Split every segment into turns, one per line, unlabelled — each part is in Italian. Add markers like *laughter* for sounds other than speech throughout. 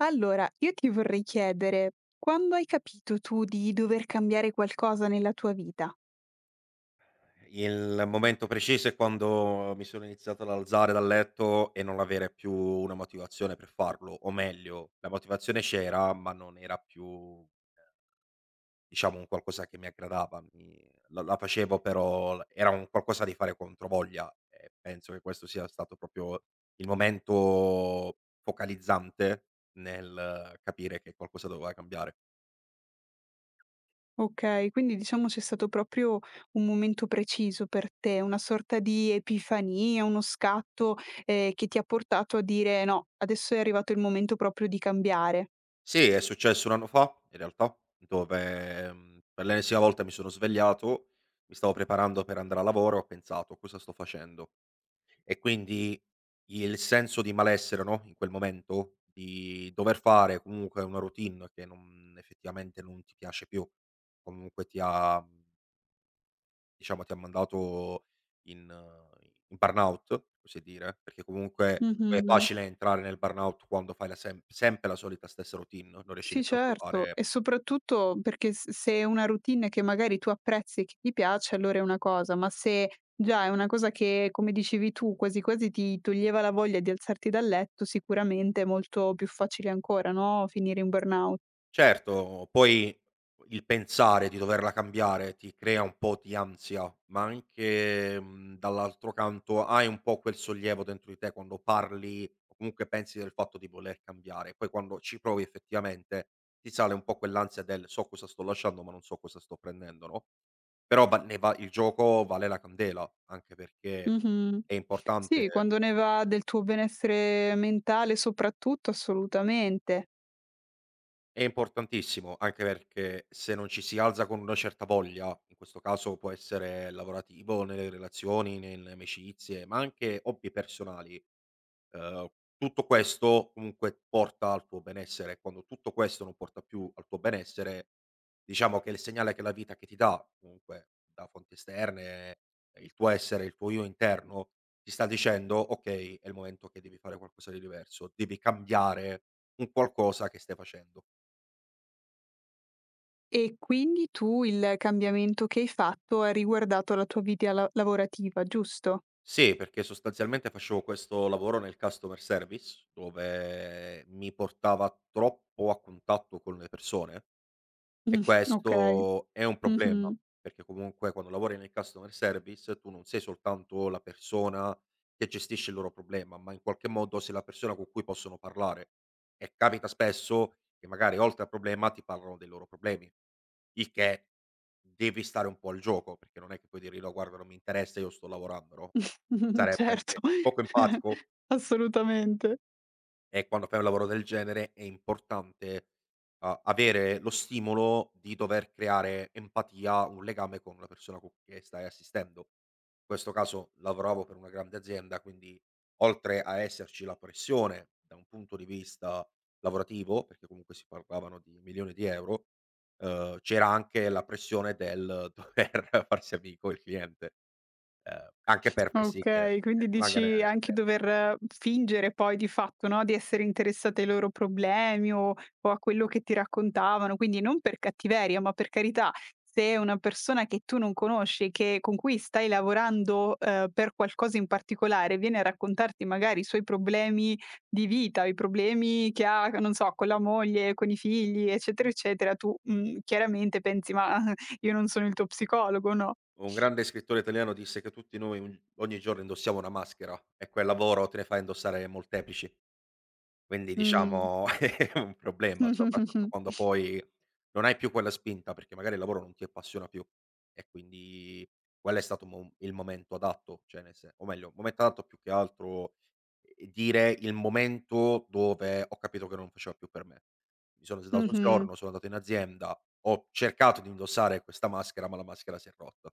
Allora, io ti vorrei chiedere, quando hai capito tu di dover cambiare qualcosa nella tua vita?
Il momento preciso è quando mi sono iniziato ad alzare dal letto e non avere più una motivazione per farlo, o meglio, la motivazione c'era, ma non era più, diciamo, un qualcosa che mi aggradava. Mi la facevo però era un qualcosa di fare controvoglia e penso che questo sia stato proprio il momento focalizzante nel capire che qualcosa doveva cambiare.
Okay, quindi diciamo c'è stato proprio un momento preciso per te, una sorta di epifania, uno scatto, che ti ha portato a dire: "No, adesso è arrivato il momento proprio di cambiare."
Sì, è successo 1 anno fa in realtà, dove, per l'ennesima volta mi sono svegliato, mi stavo preparando per andare a lavoro, ho pensato: "Cosa sto facendo?" E quindi il senso di malessere, no, in quel momento, di dover fare comunque una routine che non effettivamente non ti piace più, comunque ti ha mandato in in burnout, così dire, perché comunque poi è
Mh-mh.
facile entrare nel burnout quando fai la sempre la solita stessa routine, no? Non riesci
Sì,
nemmeno a
certo,
trovare
e soprattutto perché s se è una routine che magari tu apprezzi e che ti piace, allora è una cosa, ma se già è una cosa che, come dicevi tu, quasi quasi ti toglieva la voglia di alzarti dal letto, sicuramente è molto più facile ancora, no, finire in burnout.
certo, poi il pensare di doverla cambiare ti crea un po' di ansia, ma anche, dall'altro canto hai un po' quel sollievo dentro di te quando parli o comunque pensi del fatto di voler cambiare, poi quando ci provi effettivamente ti sale un po' quell'ansia del: "So cosa sto lasciando, ma non so cosa sto prendendo", no? Però va il gioco vale la candela, anche perché
Mh-mh.
è
Sì,
importante
quando ne va del tuo benessere mentale soprattutto, assolutamente.
è importantissimo, anche perché se non ci si alza con una certa voglia, in questo caso può essere lavorativo, nelle relazioni, nelle amicizie, ma anche hobby personali, Ehm, tutto questo comunque porta al tuo benessere. Quando tutto questo non porta più al tuo benessere, diciamo che il segnale che la vita che ti dà, comunque da fonti esterne, il tuo essere, il tuo io interno, ti sta dicendo: "Okay, è il momento che devi fare qualcosa di diverso, devi cambiare un qualcosa che stai facendo".
E quindi tu il cambiamento che hai fatto ha riguardato la tua vita la lavorativa, giusto?
Sì, perché sostanzialmente facevo questo lavoro nel customer service, dove mi portava troppo a contatto con le persone.
*laughs*
E
Okay.
questo è un problema,
Mh-mh.
perché comunque quando lavori nel customer service tu non sei soltanto la persona che gestisce il loro problema, ma in qualche modo sei la persona con cui possono parlare. E capita spesso che magari oltre al problema ti parlano dei loro problemi, il che devi stare un po' al gioco, perché non è che puoi dirgli: "No guarda non mi interessa, io sto lavorando", no, sarebbe
Certo,
anche poco
*laughs*
empatico.
assolutamente.
E quando fai un lavoro del genere è importante a avere lo stimolo di dover creare empatia, un legame con la persona co che stai assistendo. In questo caso lavoravo per una grande azienda, quindi oltre a esserci la pressione da un punto di vista lavorativo, perché comunque si parlavano di milioni di euro, c'era anche la pressione del *laughs* dover farsi amico il cliente, anche per far sì che
Okay, quindi
rimanga
dici anche
nell'azienda.
dover fingere poi di fatto, no, di essere interessata ai loro problemi o a quello che ti raccontavano, quindi non per cattiveria, ma per carità, se è una persona che tu non conosci, che con cui stai lavorando, per qualcosa in particolare, viene a raccontarti magari i suoi problemi di vita, i problemi che ha, non so, con la moglie, con i figli, eccetera, eccetera, tu, chiaramente pensi: "Ma *laughs* io non sono il tuo psicologo", no?
Un grande scrittore italiano disse che tutti noi un ogni giorno indossiamo una maschera e quel lavoro te ne fa indossare molteplici. Quindi
Mh.
diciamo *laughs* è un problema, soprattutto quando
*laughs*
poi non hai più quella spinta, perché magari il lavoro non ti appassiona più e quindi quello è stato un mo il momento adatto, cioè nel sen o meglio, il momento adatto più che altro, dire il momento dove ho capito che non faceva più per me. Mi sono sedato un
Mh-mh.
giorno, sono andato in azienda, ho cercato di indossare questa maschera, ma la maschera si è rotta.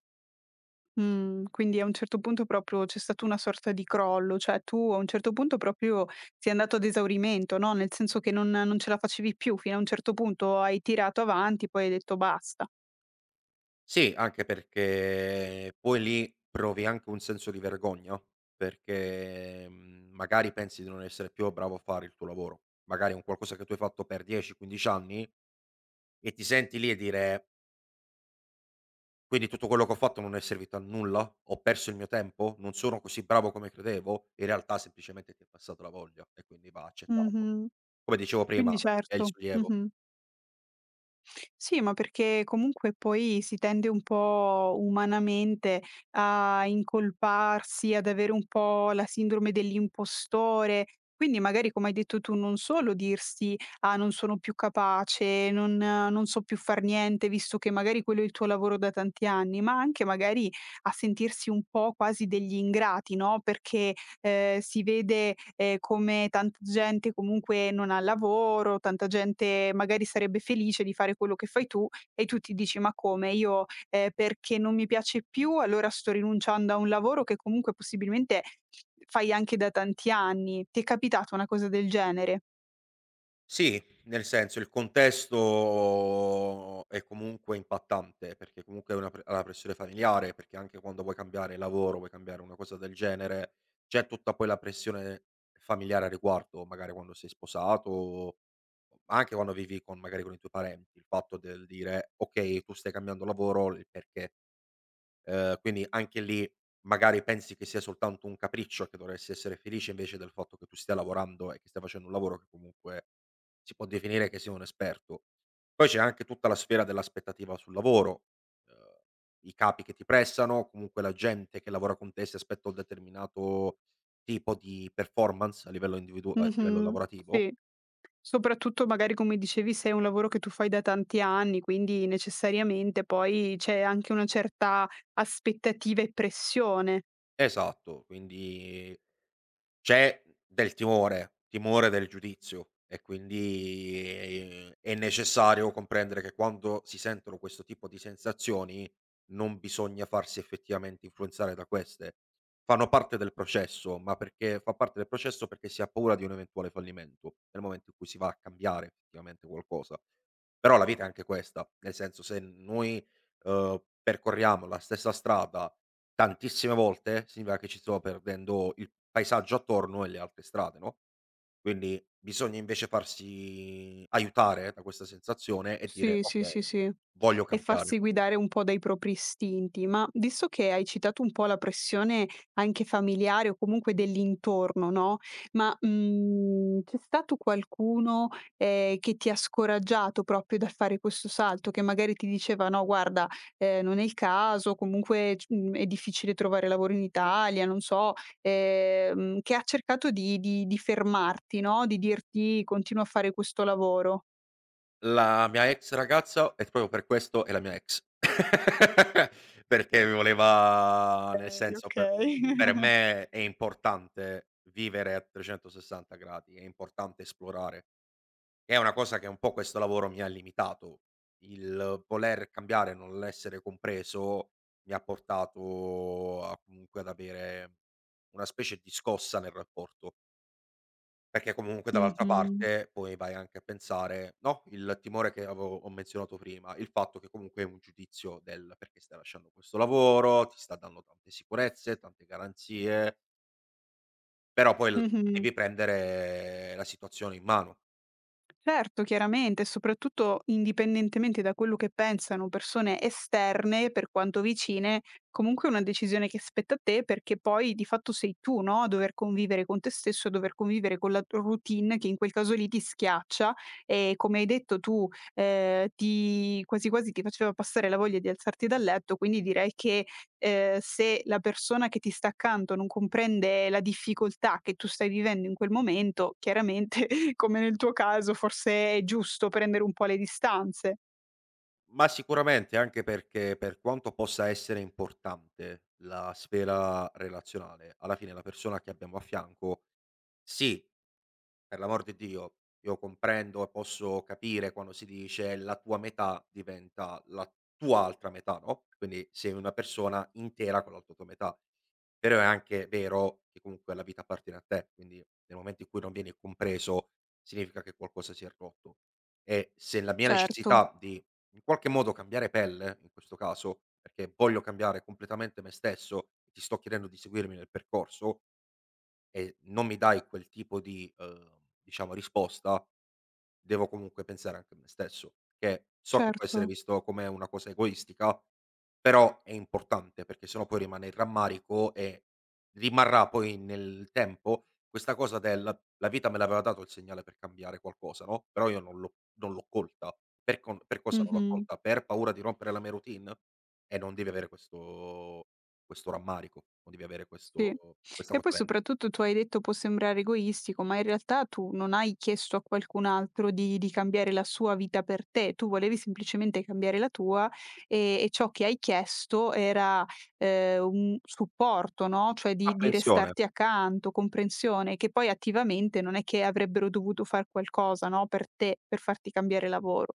Mh. Quindi a un certo punto proprio c'è stato una sorta di crollo, cioè tu a un certo punto proprio sei andato ad esaurimento, no, nel senso che non ce la facevi più, fino a un certo punto hai tirato avanti, poi hai detto: "Basta".
Sì, anche perché poi lì provi anche un senso di vergogna, perché, magari pensi di non essere più bravo a fare il tuo lavoro. Magari è un qualcosa che tu hai fatto per 10, 15 anni e ti senti lì e dire: "Quindi tutto quello che ho fatto non è servito a nulla? Ho perso il mio tempo? Non sono così bravo come credevo?" In realtà semplicemente ti è passata la voglia e quindi va accettato.
Mh-mh.
Come dicevo prima,
Quindi
è il
certo.
sollievo.
Mh-mh. Sì, ma perché comunque poi si tende un po' umanamente a incolparsi, ad avere un po' la sindrome dell'impostore. Quindi magari, come hai detto tu, non solo dirsi: "Ah, non sono più capace, non non so più far niente", visto che magari quello è il tuo lavoro da tanti anni, ma anche magari a sentirsi un po' quasi degli ingrati, no, perché si vede, come tanta gente comunque non ha lavoro, tanta gente magari sarebbe felice di fare quello che fai tu e tu ti dici: "Ma come? Io, perché non mi piace più allora sto rinunciando a un lavoro che comunque possibilmente fai anche da tanti anni." Ti è capitata una cosa del genere?
Sì, nel senso il contesto è comunque impattante, perché comunque è una pre alla pressione familiare, perché anche quando vuoi cambiare lavoro, vuoi cambiare una cosa del genere, c'è tutta poi la pressione familiare a riguardo, magari quando sei sposato o anche quando vivi con magari con i tuoi parenti, il fatto del dire: "Okay, tu stai cambiando lavoro, il perché". Quindi anche lì magari pensi che sia soltanto un capriccio e che dovresti essere felice invece del fatto che tu stia lavorando e che stia facendo un lavoro che comunque si può definire che sia un esperto. Poi c'è anche tutta la sfera dell'aspettativa sul lavoro, ehm, i capi che ti pressano, comunque la gente che lavora con te si aspetta un determinato tipo di performance a livello
Mh-mh.
lavorativo
Sì. Soprattutto magari come dicevi se è un lavoro che tu fai da tanti anni, quindi necessariamente poi c'è anche una certa aspettativa e pressione.
esatto, quindi c'è del timore, timore del giudizio e quindi, è necessario comprendere che quando si sentono questo tipo di sensazioni non bisogna farsi effettivamente influenzare da queste. Fanno parte del processo, ma perché fa parte del processo perché si ha paura di un eventuale fallimento, nel momento in cui si va a cambiare effettivamente qualcosa. Però la vita è anche questa, nel senso se noi, percorriamo la stessa strada tantissime volte significa che ci stiamo perdendo il paesaggio attorno e le altre strade, no, quindi bisogna invece farsi aiutare da questa sensazione e dire:
Sì, sì, sì,
"Okay,
sì.
voglio
E
cambiare".
farsi guidare un po' dai propri istinti. Ma visto che hai citato un po' la pressione anche familiare o comunque dell'intorno, no, ma, c'è stato qualcuno, che ti ha scoraggiato proprio da fare questo salto, che magari ti diceva: "No guarda, non è il caso, comunque è difficile trovare lavoro in Italia", non so, che ha cercato di fermarti, no, di dirti: "Continua a fare questo lavoro".
La mia ex ragazza e proprio per questo è la mia ex. *laughs* Perché mi voleva nel
Okay,
senso
*laughs*
per
okay.
me è importante vivere a 360 gradi, è importante esplorare. È una cosa che un po' questo lavoro mi ha limitato. Il voler cambiare, non l'essere compreso, mi ha portato a comunque ad avere una specie di scossa nel rapporto, perché comunque dall'altra
Mh-mh,
parte poi vai anche a pensare, no, il timore che avevo ho menzionato prima, il fatto che comunque è un giudizio del perché stai lasciando questo lavoro, ti sta dando tante sicurezze, tante garanzie, però poi l
mh-mh.
devi prendere la situazione in mano.
Certo, chiaramente, soprattutto indipendentemente da quello che pensano persone esterne, per quanto vicine, comunque è una decisione che spetta a te perché poi di fatto sei tu, no, a dover convivere con te stesso, a dover convivere con la routine che in quel caso lì ti schiaccia e come hai detto tu, ti, quasi quasi ti faceva passare la voglia di alzarti dal letto, quindi direi che se la persona che ti sta accanto non comprende la difficoltà che tu stai vivendo in quel momento, chiaramente come nel tuo caso forse è giusto prendere un po' le distanze.
Ma sicuramente, anche perché per quanto possa essere importante la sfera relazionale, alla fine la persona che abbiamo a fianco, sì, per l'amor di Dio, io comprendo e posso capire quando si dice: "La tua metà diventa la tua altra metà", no, quindi sei una persona intera con l'altra tua metà. Però è anche vero che comunque la vita appartiene a te, quindi nel momento in cui non vieni compreso significa che qualcosa si è rotto. E se la mia
Certo,
necessità di in qualche modo cambiare pelle, in questo caso, perché voglio cambiare completamente me stesso e ti sto chiedendo di seguirmi nel percorso, e non mi dai quel tipo di, diciamo risposta, devo comunque pensare anche a me stesso, che so che può essere
certo.
visto come una cosa egoistica, però è importante perché se no poi rimane il rammarico e rimarrà poi nel tempo questa cosa del: "La vita me l'aveva dato il segnale per cambiare qualcosa, no, però io non l'ho colta". Per cosa non l'ho
Mh-mh.
colta? Per paura di rompere la mia routine? E non devi avere questo rammarico, non devi avere
Sì.
questo questa
E
cosa
poi
dentro.
soprattutto tu hai detto: "Può sembrare egoistico", ma in realtà tu non hai chiesto a qualcun altro di cambiare la sua vita per te, tu volevi semplicemente cambiare la tua e ciò che hai chiesto era, un supporto, no, cioè di
Apprensione.
restarti accanto, comprensione, che poi attivamente non è che avrebbero dovuto far qualcosa, no, per te, per farti cambiare lavoro.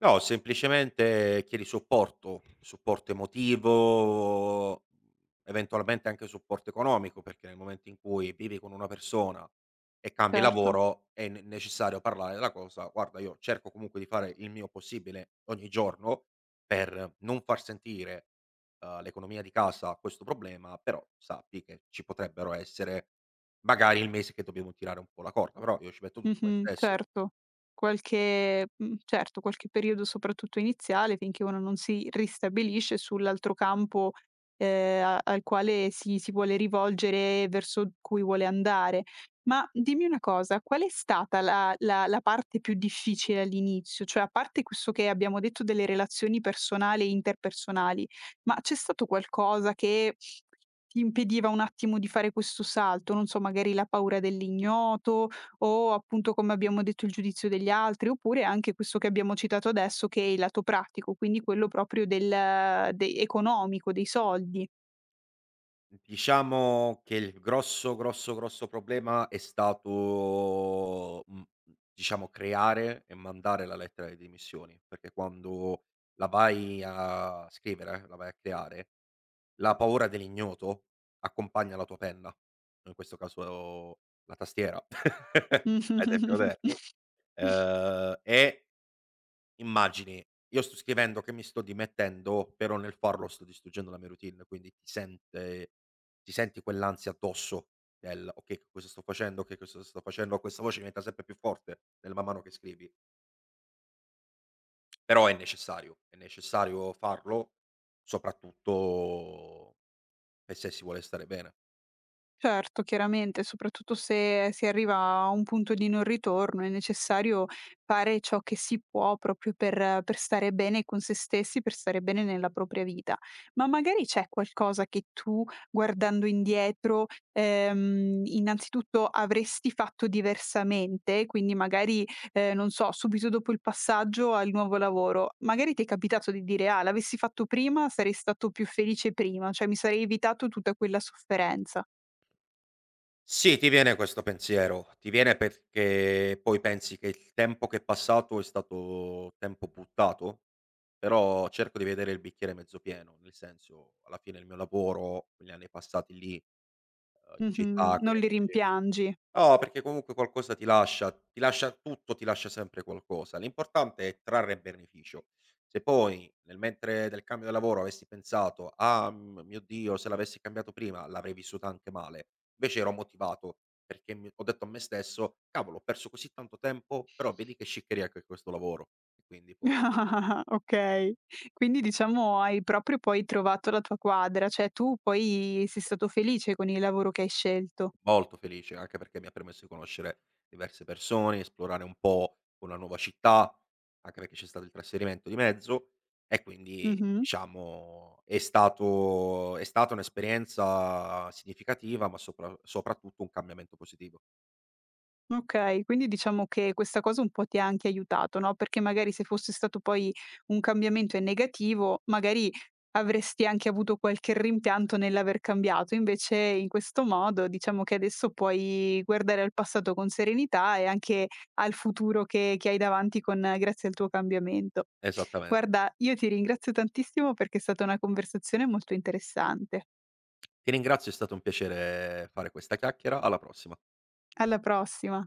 No, semplicemente chiedi supporto, supporto emotivo, eventualmente anche supporto economico, perché nel momento in cui vivi con una persona e cambi
Certo,
lavoro è ne necessario parlare della cosa: "Guarda, io cerco comunque di fare il mio possibile ogni giorno per non far sentire, l'economia di casa questo problema, però sappi che ci potrebbero essere magari il mese che dobbiamo tirare un po' la corda, però io ci metto tutto me
mh-mh,
stesso".
certo. Qualche certo, qualche periodo soprattutto iniziale finché uno non si ristabilisce sull'altro campo, a al quale si vuole rivolgere, verso cui vuole andare. Ma dimmi una cosa, qual è stata la parte più difficile all'inizio? Cioè, a parte questo che abbiamo detto delle relazioni personali e interpersonali, ma c'è stato qualcosa che ti impediva un attimo di fare questo salto? Non so, magari la paura dell'ignoto o appunto come abbiamo detto il giudizio degli altri, oppure anche questo che abbiamo citato adesso che è il lato pratico, quindi quello proprio del de economico, dei soldi.
Diciamo che il grosso, grosso, grosso problema è stato, diciamo creare e mandare la lettera di dimissioni, perché quando la vai a scrivere, la vai a creare, la paura dell'ignoto accompagna la tua penna, in questo caso la tastiera *laughs* ai tempi moderni,
*laughs*
ehm, e immagini, io sto scrivendo che mi sto dimettendo, però nel farlo sto distruggendo la mia routine, quindi ti senti quell'ansia addosso del: "Okay, che cosa sto facendo? Che cosa sto facendo?" Questa voce diventa sempre più forte nel man mano che scrivi, però è necessario farlo, soprattutto per se si vuole stare bene.
Certo, chiaramente, soprattutto se si arriva a un punto di non ritorno, è necessario fare ciò che si può proprio per stare bene con se stessi, per stare bene nella propria vita. Ma magari c'è qualcosa che tu, guardando indietro, innanzitutto avresti fatto diversamente, quindi magari, non so, subito dopo il passaggio al nuovo lavoro, magari ti è capitato di dire, ah, l'avessi fatto prima, sarei stato più felice prima, cioè mi sarei evitato tutta quella sofferenza.
Sì, ti viene questo pensiero, ti viene perché poi pensi che il tempo che è passato è stato tempo buttato, però cerco di vedere il bicchiere mezzo pieno, nel senso alla fine il mio lavoro, quegli anni passati lì, in
Mh-mh,
città con
non
gli
li
amici.
rimpiangi.
No, perché comunque qualcosa ti lascia tutto ti lascia sempre qualcosa. L'importante è trarre beneficio. Se poi nel mentre del cambio di lavoro avessi pensato: "Ah, m mio Dio, se l'avessi cambiato prima l'avrei vissuta anche male." Invece ero motivato perché mi ho detto a me stesso: "Cavolo, ho perso così tanto tempo, però vedi che sciccheria che è questo lavoro." E quindi poi
*laughs* Okay. Quindi diciamo hai proprio poi trovato la tua quadra, cioè tu poi sei stato felice con il lavoro che hai scelto.
molto felice, anche perché mi ha permesso di conoscere diverse persone, esplorare un po' una nuova città, anche perché c'è stato il trasferimento di mezzo e quindi
Mh-mh.
diciamo è stata un'esperienza significativa, ma soprattutto un cambiamento positivo.
Okay, quindi diciamo che questa cosa un po' ti ha anche aiutato, no, perché magari se fosse stato poi un cambiamento in negativo, magari avresti anche avuto qualche rimpianto nell'aver cambiato. Invece in questo modo diciamo che adesso puoi guardare al passato con serenità e anche al futuro che hai davanti con grazie al tuo cambiamento.
Esattamente.
Guarda, io ti ringrazio tantissimo perché è stata una conversazione molto interessante.
Ti ringrazio, è stato un piacere fare questa chiacchiera, alla prossima.
Alla prossima.